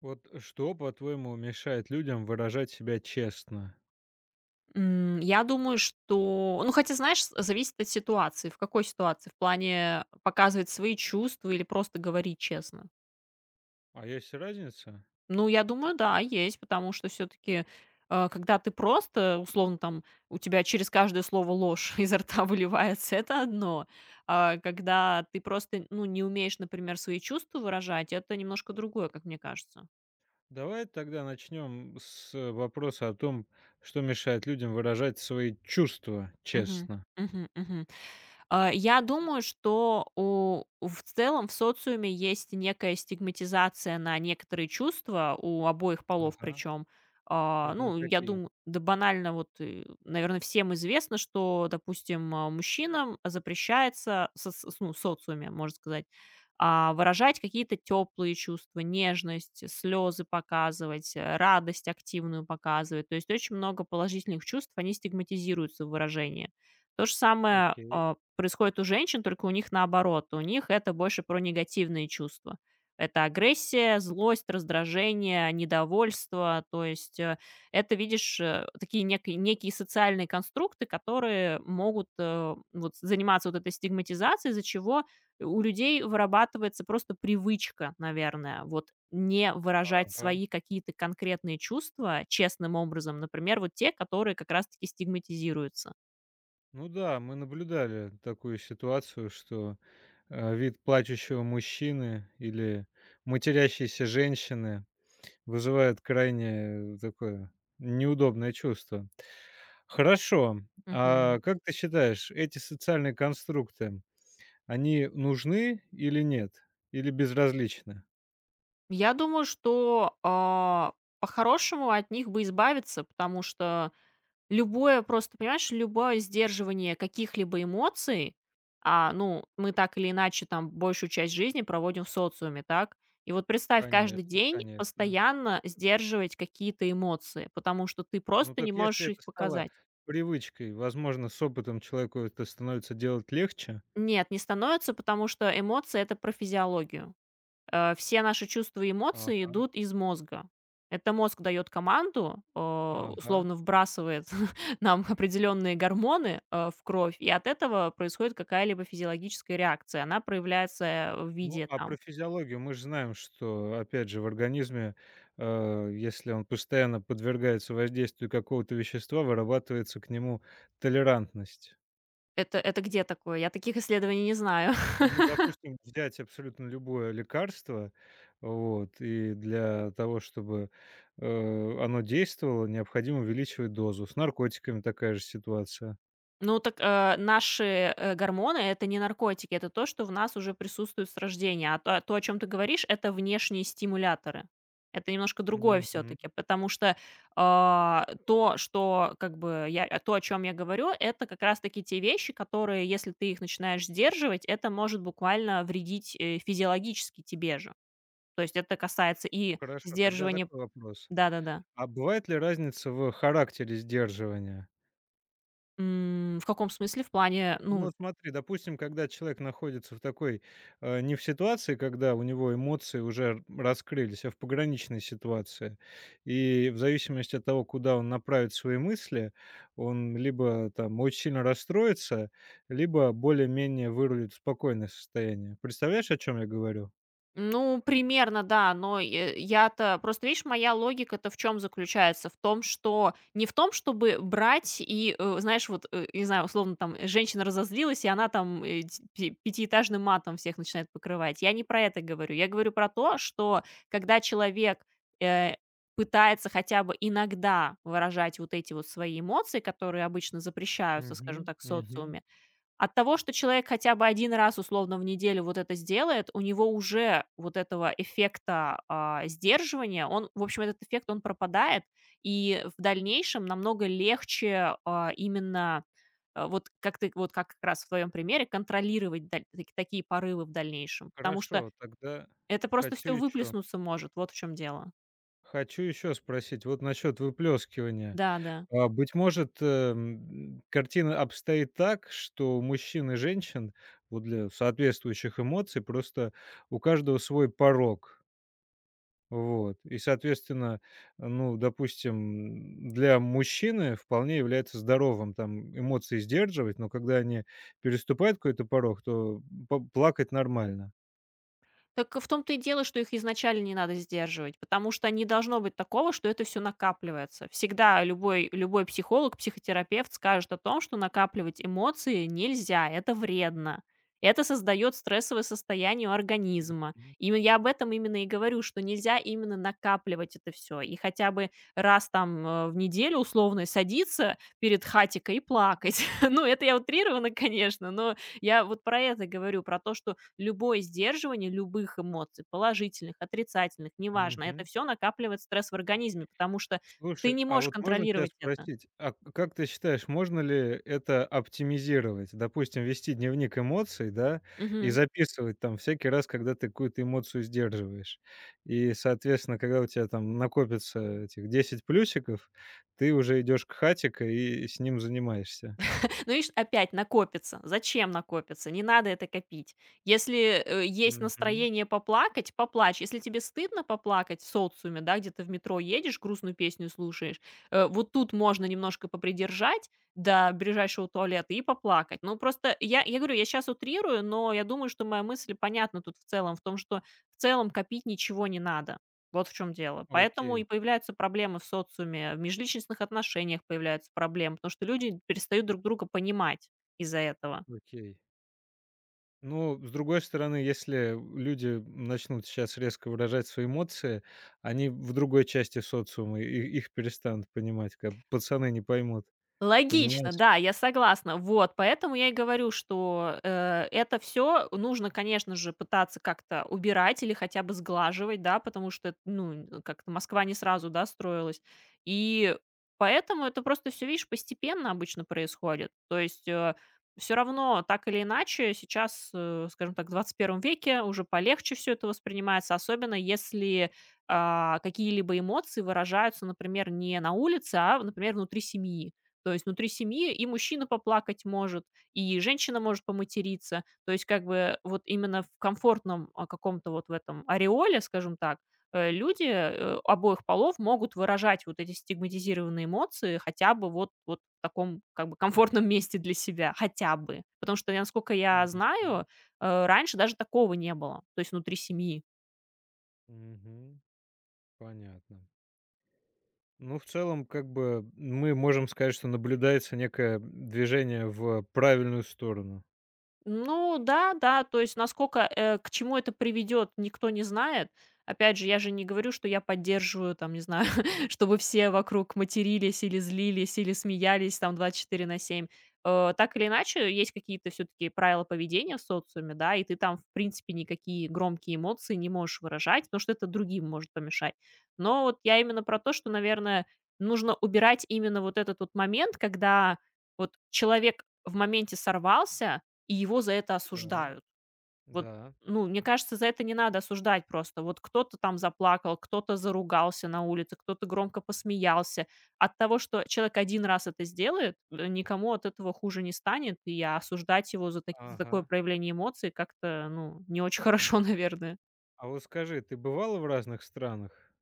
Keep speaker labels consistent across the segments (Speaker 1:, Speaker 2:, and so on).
Speaker 1: Вот что, по-твоему, мешает людям выражать себя честно?
Speaker 2: Я думаю, что ну, хотя, знаешь, с зависит от ситуации. В какой ситуации? В плане показывать свои чувства или просто говорить честно?
Speaker 1: А есть разница?
Speaker 2: Ну, я думаю, да, есть, потому что все таки когда ты просто, условно, там, у тебя через каждое слово ложь изо рта выливается — это одно. А когда ты просто, ну, не умеешь, например, свои чувства выражать — это немножко другое, как мне кажется.
Speaker 1: Давай тогда начнем с вопроса о том, что мешает людям выражать свои чувства
Speaker 2: Мгм.
Speaker 1: честно.
Speaker 2: Мгм. Мгм. Я думаю, что в целом в социуме есть некая стигматизация на некоторые чувства, у обоих полов
Speaker 1: Ага.
Speaker 2: причем.
Speaker 1: Это на
Speaker 2: Ну, я
Speaker 1: какие?
Speaker 2: думаю, да банально вот, наверное, всем известно, что, допустим, мужчинам запрещается, со с ну, социуме, можно сказать, выражать какие-то теплые чувства, нежность, слезы показывать, радость активную показывать. То есть очень много положительных чувств, они стигматизируются в выражении. То же самое,
Speaker 1: Окей.
Speaker 2: происходит у женщин, только у них наоборот. У них это больше про негативные чувства. Это агрессия, злость, раздражение, недовольство. То есть видишь, такие некие социальные конструкты, которые могут, вот заниматься вот этой стигматизацией, из-за чего у людей вырабатывается просто привычка, наверное, вот не выражать
Speaker 1: Ага.
Speaker 2: свои какие-то конкретные чувства честным образом. Например, вот те, которые как раз таки стигматизируются.
Speaker 1: Ну да, мы наблюдали такую ситуацию, что вид плачущего мужчины или матерящейся женщины вызывает крайне такое неудобное чувство. Хорошо.
Speaker 2: Мгм.
Speaker 1: А как ты считаешь, эти социальные конструкты, они нужны или нет? Или безразличны?
Speaker 2: Я думаю, что, по-хорошему от них бы избавиться, потому что любое просто, понимаешь, любое сдерживание каких-либо эмоций, ну, мы так или иначе там большую часть жизни проводим в социуме, так? И вот представь, каждый
Speaker 1: Конечно,
Speaker 2: день
Speaker 1: конечно.
Speaker 2: постоянно сдерживать какие-то эмоции, потому что ты
Speaker 1: Ну
Speaker 2: просто не
Speaker 1: так если
Speaker 2: можешь их
Speaker 1: это стало
Speaker 2: показать.
Speaker 1: привычкой, возможно, с опытом человеку это становится делать легче.
Speaker 2: Нет, не становится, потому что эмоции — это про физиологию. Все наши чувства и эмоции
Speaker 1: Ага,
Speaker 2: идут из мозга. Это мозг дает команду,
Speaker 1: ага.
Speaker 2: условно вбрасывает нам определенные гормоны в кровь, и от этого происходит какая-либо физиологическая реакция. Она проявляется в
Speaker 1: Ну,
Speaker 2: виде
Speaker 1: а про
Speaker 2: там.
Speaker 1: физиологию мы же знаем, что, опять же, в организме, если он постоянно подвергается воздействию какого-то вещества, вырабатывается к нему толерантность.
Speaker 2: Это где такое? Я таких исследований не знаю.
Speaker 1: Ну, допустим, взять абсолютно любое лекарство, вот, и для того, чтобы, оно действовало, необходимо увеличивать дозу. С наркотиками такая же ситуация.
Speaker 2: Ну так, наши, гормоны — это не наркотики, это то, что в нас уже присутствует с рождения. А то, о чем ты говоришь — это внешние стимуляторы. Это немножко другое все
Speaker 1: Мгм.
Speaker 2: таки потому что, то, что как бы я а то, о чем я говорю, это как раз таки те вещи, которые, если ты их начинаешь сдерживать, это может буквально вредить, физиологически тебе же. То есть это касается и
Speaker 1: Хорошо, тогда
Speaker 2: сдерживания.
Speaker 1: такой вопрос.
Speaker 2: Да-да-да.
Speaker 1: А бывает ли разница в характере сдерживания?
Speaker 2: В каком смысле? В плане,
Speaker 1: Ну
Speaker 2: ну,
Speaker 1: вот смотри, допустим, когда человек находится в такой, не в ситуации, когда у него эмоции уже раскрылись, а в пограничной ситуации. И в зависимости от того, куда он направит свои мысли, он либо там очень сильно расстроится, либо более-менее вырулит в спокойное состояние. Представляешь, о чем я говорю?
Speaker 2: ну, примерно, да, но я-то... Просто, видишь, моя логика-то в чем заключается? В том, что... Не в том, чтобы брать и, знаешь, вот, не знаю, условно, там, женщина разозлилась, и она там пятиэтажным матом всех начинает покрывать. Я не про это говорю. Я говорю про то, что когда человек э, пытается хотя бы иногда выражать вот эти вот свои эмоции, которые обычно запрещаются, скажем
Speaker 1: Мгм,
Speaker 2: так, в
Speaker 1: мгм.
Speaker 2: социуме, от того, что человек хотя бы один раз условно в неделю вот это сделает, у него уже вот этого эффекта, сдерживания, он, в общем, этот эффект, он пропадает, и в дальнейшем намного легче, вот как ты, вот как раз в твоем примере, контролировать даль таки такие порывы в дальнейшем, потому что
Speaker 1: Хорошо, тогда
Speaker 2: это просто
Speaker 1: хочу
Speaker 2: все
Speaker 1: еще
Speaker 2: выплеснуться может, вот в чем дело.
Speaker 1: хочу еще спросить вот насчет выплескивания.
Speaker 2: Да, да.
Speaker 1: Быть может, картина обстоит так, что у мужчин и женщин вот для соответствующих эмоций просто у каждого свой порог. Вот. И, соответственно, ну, допустим, для мужчины вполне является здоровым там эмоции сдерживать, но когда они переступают какой-то порог, то плакать нормально.
Speaker 2: Так в том-то и дело, что их изначально не надо сдерживать, потому что не должно быть такого, что это все накапливается. Всегда любой психолог, психотерапевт скажет о том, что накапливать эмоции нельзя, это вредно. Это создает стрессовое состояние у организма.
Speaker 1: Мгм.
Speaker 2: И я об этом именно и говорю, что нельзя именно накапливать это все. И хотя бы раз там, в неделю условно садиться перед хатикой и плакать. Ну, это я утрированно, конечно, но я вот про это говорю, про то, что любое сдерживание любых эмоций, положительных, отрицательных, неважно, это все накапливает стресс в организме, потому что ты
Speaker 1: Слушай,
Speaker 2: не
Speaker 1: а
Speaker 2: можешь
Speaker 1: вот можно тебя
Speaker 2: контролировать это.
Speaker 1: спросить, а к как ты считаешь, можно ли это оптимизировать? Допустим, вести дневник эмоций, да, и
Speaker 2: Мгм.
Speaker 1: записывать там всякий раз, когда ты какую-то эмоцию сдерживаешь. И, соответственно, когда у тебя там накопится этих 10 плюсиков, ты уже идешь к Хатика и с ним занимаешься.
Speaker 2: Ну, видишь, опять накопится. Зачем накопится? Не надо это копить. Если, есть
Speaker 1: Мгм.
Speaker 2: настроение поплакать — поплачь. Если тебе стыдно поплакать в социуме, да, где ты в метро едешь, грустную песню слушаешь, вот тут можно немножко попридержать до ближайшего туалета и поплакать. Ну, просто я говорю, я сейчас утрирую, но я думаю, что моя мысль понятна тут в целом, в том, что в целом копить ничего не надо. Вот в чем дело. Поэтому
Speaker 1: Окей,
Speaker 2: и появляются проблемы в социуме, в межличностных отношениях появляются проблемы, потому что люди перестают друг друга понимать из-за этого.
Speaker 1: окей. Ну, с другой стороны, если люди начнут сейчас резко выражать свои эмоции, они в другой части социума, и их перестанут понимать, как пацаны не поймут, понимаешь?
Speaker 2: Логично, да, я согласна. Вот, поэтому я и говорю, что, это все нужно, конечно же, пытаться как-то убирать или хотя бы сглаживать, да, потому что, ну, как-то Москва не сразу, да, строилась. И поэтому это просто все видишь, постепенно обычно происходит. То есть, все равно, так или иначе, сейчас, скажем так, в XXI веке уже полегче все это воспринимается, особенно если, какие-либо эмоции выражаются, например, не на улице, а, например, внутри семьи. То есть внутри семьи и мужчина поплакать может, и женщина может поматериться. То есть как бы вот именно в комфортном каком-то вот в этом ореоле, скажем так, люди обоих полов могут выражать вот эти стигматизированные эмоции хотя бы вот, вот в таком как бы комфортном месте для себя, хотя бы. Потому что, насколько я
Speaker 1: Мгм.
Speaker 2: знаю, раньше даже такого не было, то есть внутри семьи.
Speaker 1: Мгм. Понятно. Ну, в целом, как бы мы можем сказать, что наблюдается некое движение в правильную сторону.
Speaker 2: Ну да, да, то есть насколько к чему это приведет, никто не знает. Опять же, я же не говорю, что я поддерживаю, там, не знаю, чтобы все вокруг матерились или злились, или смеялись там 24/7. Так или иначе, есть какие-то все-таки правила поведения в социуме, да, и ты там, в принципе, никакие громкие эмоции не можешь выражать, потому что это другим может помешать. Но вот я именно про то, что, наверное, нужно убирать именно вот этот вот момент, когда вот человек в моменте сорвался, и его за это
Speaker 1: Да,
Speaker 2: осуждают. Вот,
Speaker 1: да.
Speaker 2: ну, мне кажется, за это не надо осуждать просто. Вот кто-то там заплакал, кто-то заругался на улице, кто-то громко посмеялся. От того, что человек один раз это сделает, никому от этого хуже не станет, и осуждать его за, за такое
Speaker 1: Ага.
Speaker 2: проявление эмоций как-то, ну, не очень хорошо, наверное.
Speaker 1: А вот скажи, ты бывала в разных странах?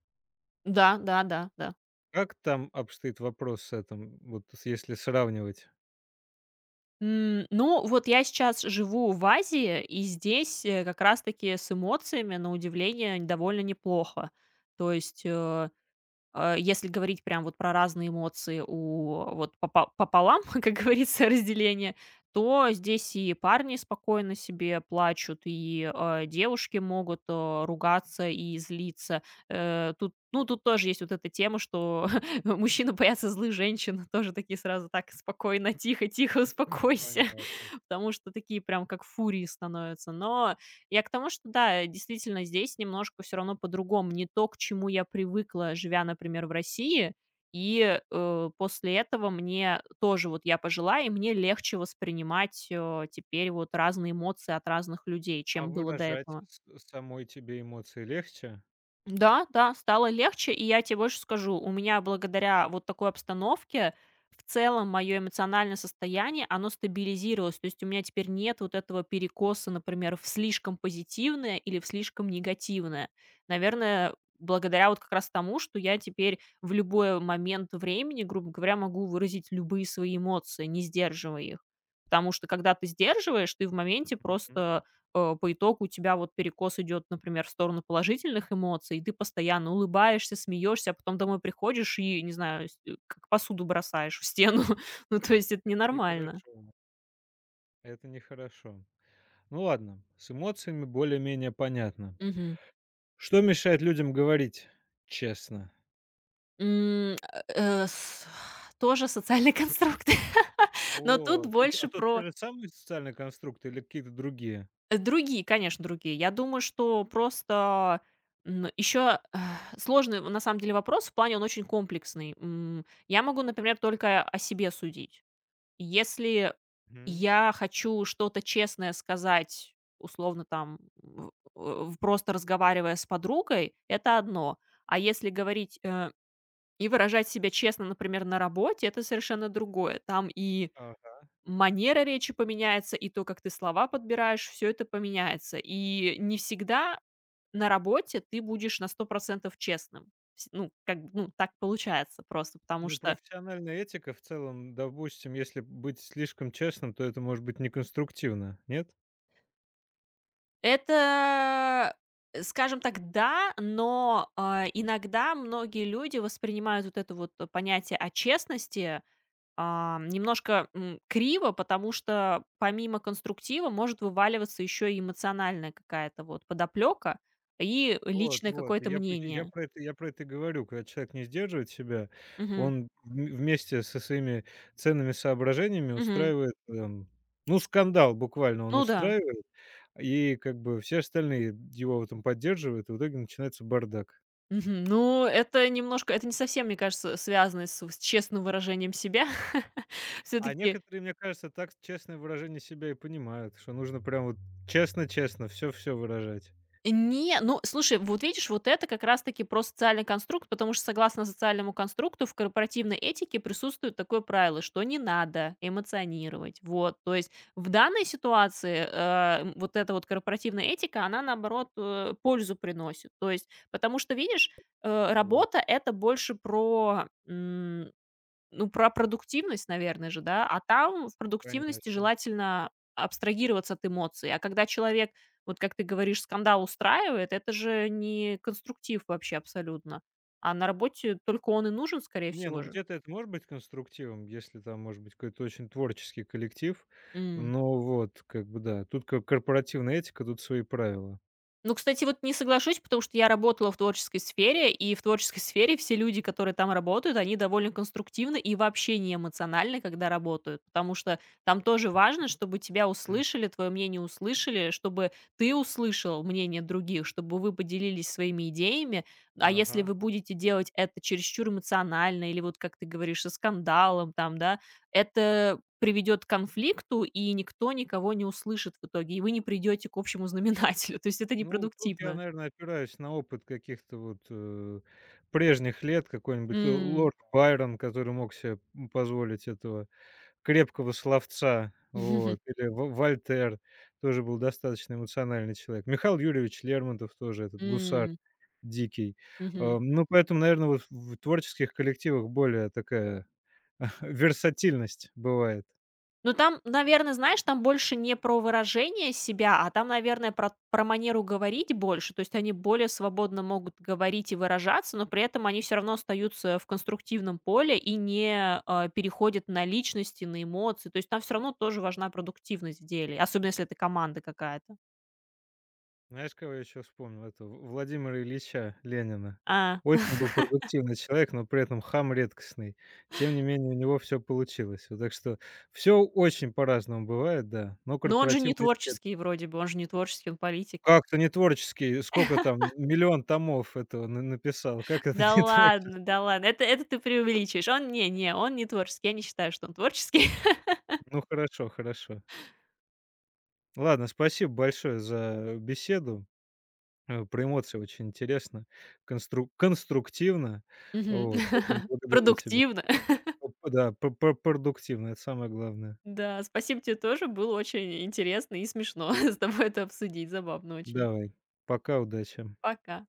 Speaker 2: Да, да, да, да.
Speaker 1: Как там обстоит вопрос с этим, если сравнивать?
Speaker 2: Ну, вот я сейчас живу в Азии, и здесь как раз-таки с эмоциями, на удивление, довольно неплохо. То есть если говорить прям вот про разные эмоции у вот попа пополам, как говорится, разделение, то здесь и парни спокойно себе плачут, и, девушки могут, ругаться и злиться. Тут, ну, тут тоже есть вот эта тема, что мужчины боятся злых женщин, тоже такие сразу: "Так, спокойно, тихо, тихо, успокойся",
Speaker 1: Понятно.
Speaker 2: потому что такие прям как фурии становятся. Но я к тому, что да, действительно, здесь немножко все равно по-другому. Не то, к чему я привыкла, живя, например, в России. И, после этого мне тоже вот я пожила, и мне легче воспринимать, теперь вот разные эмоции от разных людей,
Speaker 1: А
Speaker 2: чем было до
Speaker 1: выражать
Speaker 2: этого.
Speaker 1: с самой тебе эмоции легче?
Speaker 2: Да, да, стало легче. И я тебе больше скажу, у меня благодаря вот такой обстановке в целом мое эмоциональное состояние, оно стабилизировалось. То есть у меня теперь нет вот этого перекоса, например, в слишком позитивное или в слишком негативное. Наверное, благодаря вот как раз тому, что я теперь в любой момент времени, грубо говоря, могу выразить любые свои эмоции, не сдерживая их. Потому что когда ты сдерживаешь, ты в моменте
Speaker 1: Мгм.
Speaker 2: просто по итогу у тебя вот перекос идет, например, в сторону положительных эмоций, и ты постоянно улыбаешься, смеешься, а потом домой приходишь и, не знаю, как посуду бросаешь в стену. Ну, то есть это ненормально.
Speaker 1: Нехорошо. Это нехорошо. Ну ладно, с эмоциями более-менее понятно.
Speaker 2: Мгм.
Speaker 1: Что мешает людям говорить честно?
Speaker 2: М, э, с- Тоже социальный конструкт. Но тут
Speaker 1: А
Speaker 2: больше
Speaker 1: тут те
Speaker 2: про
Speaker 1: же самые социальные конструкты или какие-то другие?
Speaker 2: другие, конечно, другие. Я думаю, что просто еще сложный, на самом деле, вопрос. В плане он очень комплексный. Я могу, например, только о себе судить. Если
Speaker 1: Мгм.
Speaker 2: я хочу что-то честное сказать, условно там, в э, в просто разговаривая с подругой, это одно. А если говорить, и выражать себя честно, например, на работе, это совершенно другое. Там и
Speaker 1: Ага.
Speaker 2: манера речи поменяется, и то, как ты слова подбираешь, все это поменяется. И не всегда на работе ты будешь на 100% честным. Вс ну, как бы, ну, так получается просто, потому
Speaker 1: Ну,
Speaker 2: что
Speaker 1: профессиональная этика в целом, допустим, если быть слишком честным, то это может быть неконструктивно, нет?
Speaker 2: это, скажем так, да, но, иногда многие люди воспринимают вот это вот понятие о честности, немножко, криво, потому что помимо конструктива может вываливаться еще и эмоциональная какая-то вот подоплека и
Speaker 1: Вот,
Speaker 2: личное
Speaker 1: вот. И
Speaker 2: какое-то
Speaker 1: я п я
Speaker 2: мнение.
Speaker 1: про это я про это и говорю. Когда человек не сдерживает себя,
Speaker 2: Мгм.
Speaker 1: он вм вместе со своими ценными соображениями
Speaker 2: Мгм.
Speaker 1: устраивает, ну, скандал буквально он
Speaker 2: Ну да.
Speaker 1: устраивает, и как бы все остальные его в этом поддерживают, и в итоге начинается бардак.
Speaker 2: Мгм. Ну, это немножко не совсем, мне кажется, связано с честным выражением себя. Все
Speaker 1: А
Speaker 2: таки
Speaker 1: некоторые, мне кажется, так честное выражение себя и понимают, что нужно прям вот честно-честно все, все выражать.
Speaker 2: не, ну, слушай, вот видишь, вот это как раз-таки про социальный конструкт, потому что согласно социальному конструкту в корпоративной этике присутствует такое правило, что не надо эмоционировать. Вот, то есть в данной ситуации вот эта вот корпоративная этика, она наоборот пользу приносит. То есть, потому что видишь,
Speaker 1: Вот,
Speaker 2: работа это больше про ну, про продуктивность, наверное же, да, а там в продуктивности
Speaker 1: конечно.
Speaker 2: желательно абстрагироваться от эмоций. А когда человек, вот как ты говоришь, скандал устраивает, это же не конструктив вообще абсолютно. А на работе только он и нужен, скорее
Speaker 1: Не, ну
Speaker 2: всего же.
Speaker 1: где-то это может быть конструктивом, если там может быть какой-то очень творческий коллектив.
Speaker 2: М.
Speaker 1: Но вот, как бы да, тут как корпоративная этика, тут свои правила.
Speaker 2: Ну, кстати, вот не соглашусь, потому что я работала в творческой сфере, и в творческой сфере все люди, которые там работают, они довольно конструктивны и вообще не эмоциональны, когда работают, потому что там тоже важно, чтобы тебя
Speaker 1: М.
Speaker 2: услышали, твое мнение услышали, чтобы ты услышал мнение других, чтобы вы поделились своими идеями, а если
Speaker 1: Ага.
Speaker 2: вы будете делать это чересчур эмоционально или вот, как ты говоришь, со скандалом там, да, это приведет к конфликту, и никто никого не услышит в итоге, и вы не придете к общему знаменателю. То есть это
Speaker 1: Ну, тут я,
Speaker 2: непродуктивно.
Speaker 1: наверное, опираюсь на опыт каких-то вот, прежних лет. Какой-нибудь Л
Speaker 2: М.
Speaker 1: лорд Байрон, который мог себе, позволить этого крепкого словца. Вот. Или Во Вольтер тоже был достаточно эмоциональный человек. Михаил Юрьевич Лермонтов тоже, этот гусар.
Speaker 2: М.
Speaker 1: Дикий.
Speaker 2: Мгм.
Speaker 1: Ну, поэтому, наверное, вот в творческих коллективах более такая версатильность бывает.
Speaker 2: Ну, там, наверное знаешь, там больше не про выражение себя, а там, наверное, про манеру говорить больше. То есть они более свободно могут говорить и выражаться, но при этом они все равно остаются в конструктивном поле и не, переходят на личности, на эмоции. То есть там все равно тоже важна продуктивность в деле, особенно если это команда какая-то.
Speaker 1: Знаешь, кого я еще вспомнил? Это В Владимира Ильича Ленина.
Speaker 2: А.
Speaker 1: Очень был продуктивный человек, но при этом хам редкостный. Тем не менее, у него все получилось. Вот так что все очень по-разному бывает, да, но
Speaker 2: Но он же не
Speaker 1: корпоративная этика — это
Speaker 2: творческий вроде бы, он же не творческий, он политик.
Speaker 1: как-то не творческий. Сколько там, 1 000 000 томов этого на написал. Как это не творческий?
Speaker 2: Да ладно, это ты преувеличиваешь. Он не творческий, я не считаю, что он творческий.
Speaker 1: Ну, хорошо, хорошо. Ладно, спасибо большое за беседу. Про эмоции очень интересно, конструктивно.
Speaker 2: Мгм.
Speaker 1: Вот, поэтому благодарю тебя.
Speaker 2: Продуктивно.
Speaker 1: П да, п п Продуктивно, это самое главное.
Speaker 2: Да, спасибо тебе тоже, было очень интересно и смешно с тобой это обсудить, забавно очень.
Speaker 1: Давай. Пока, удачи.
Speaker 2: Пока.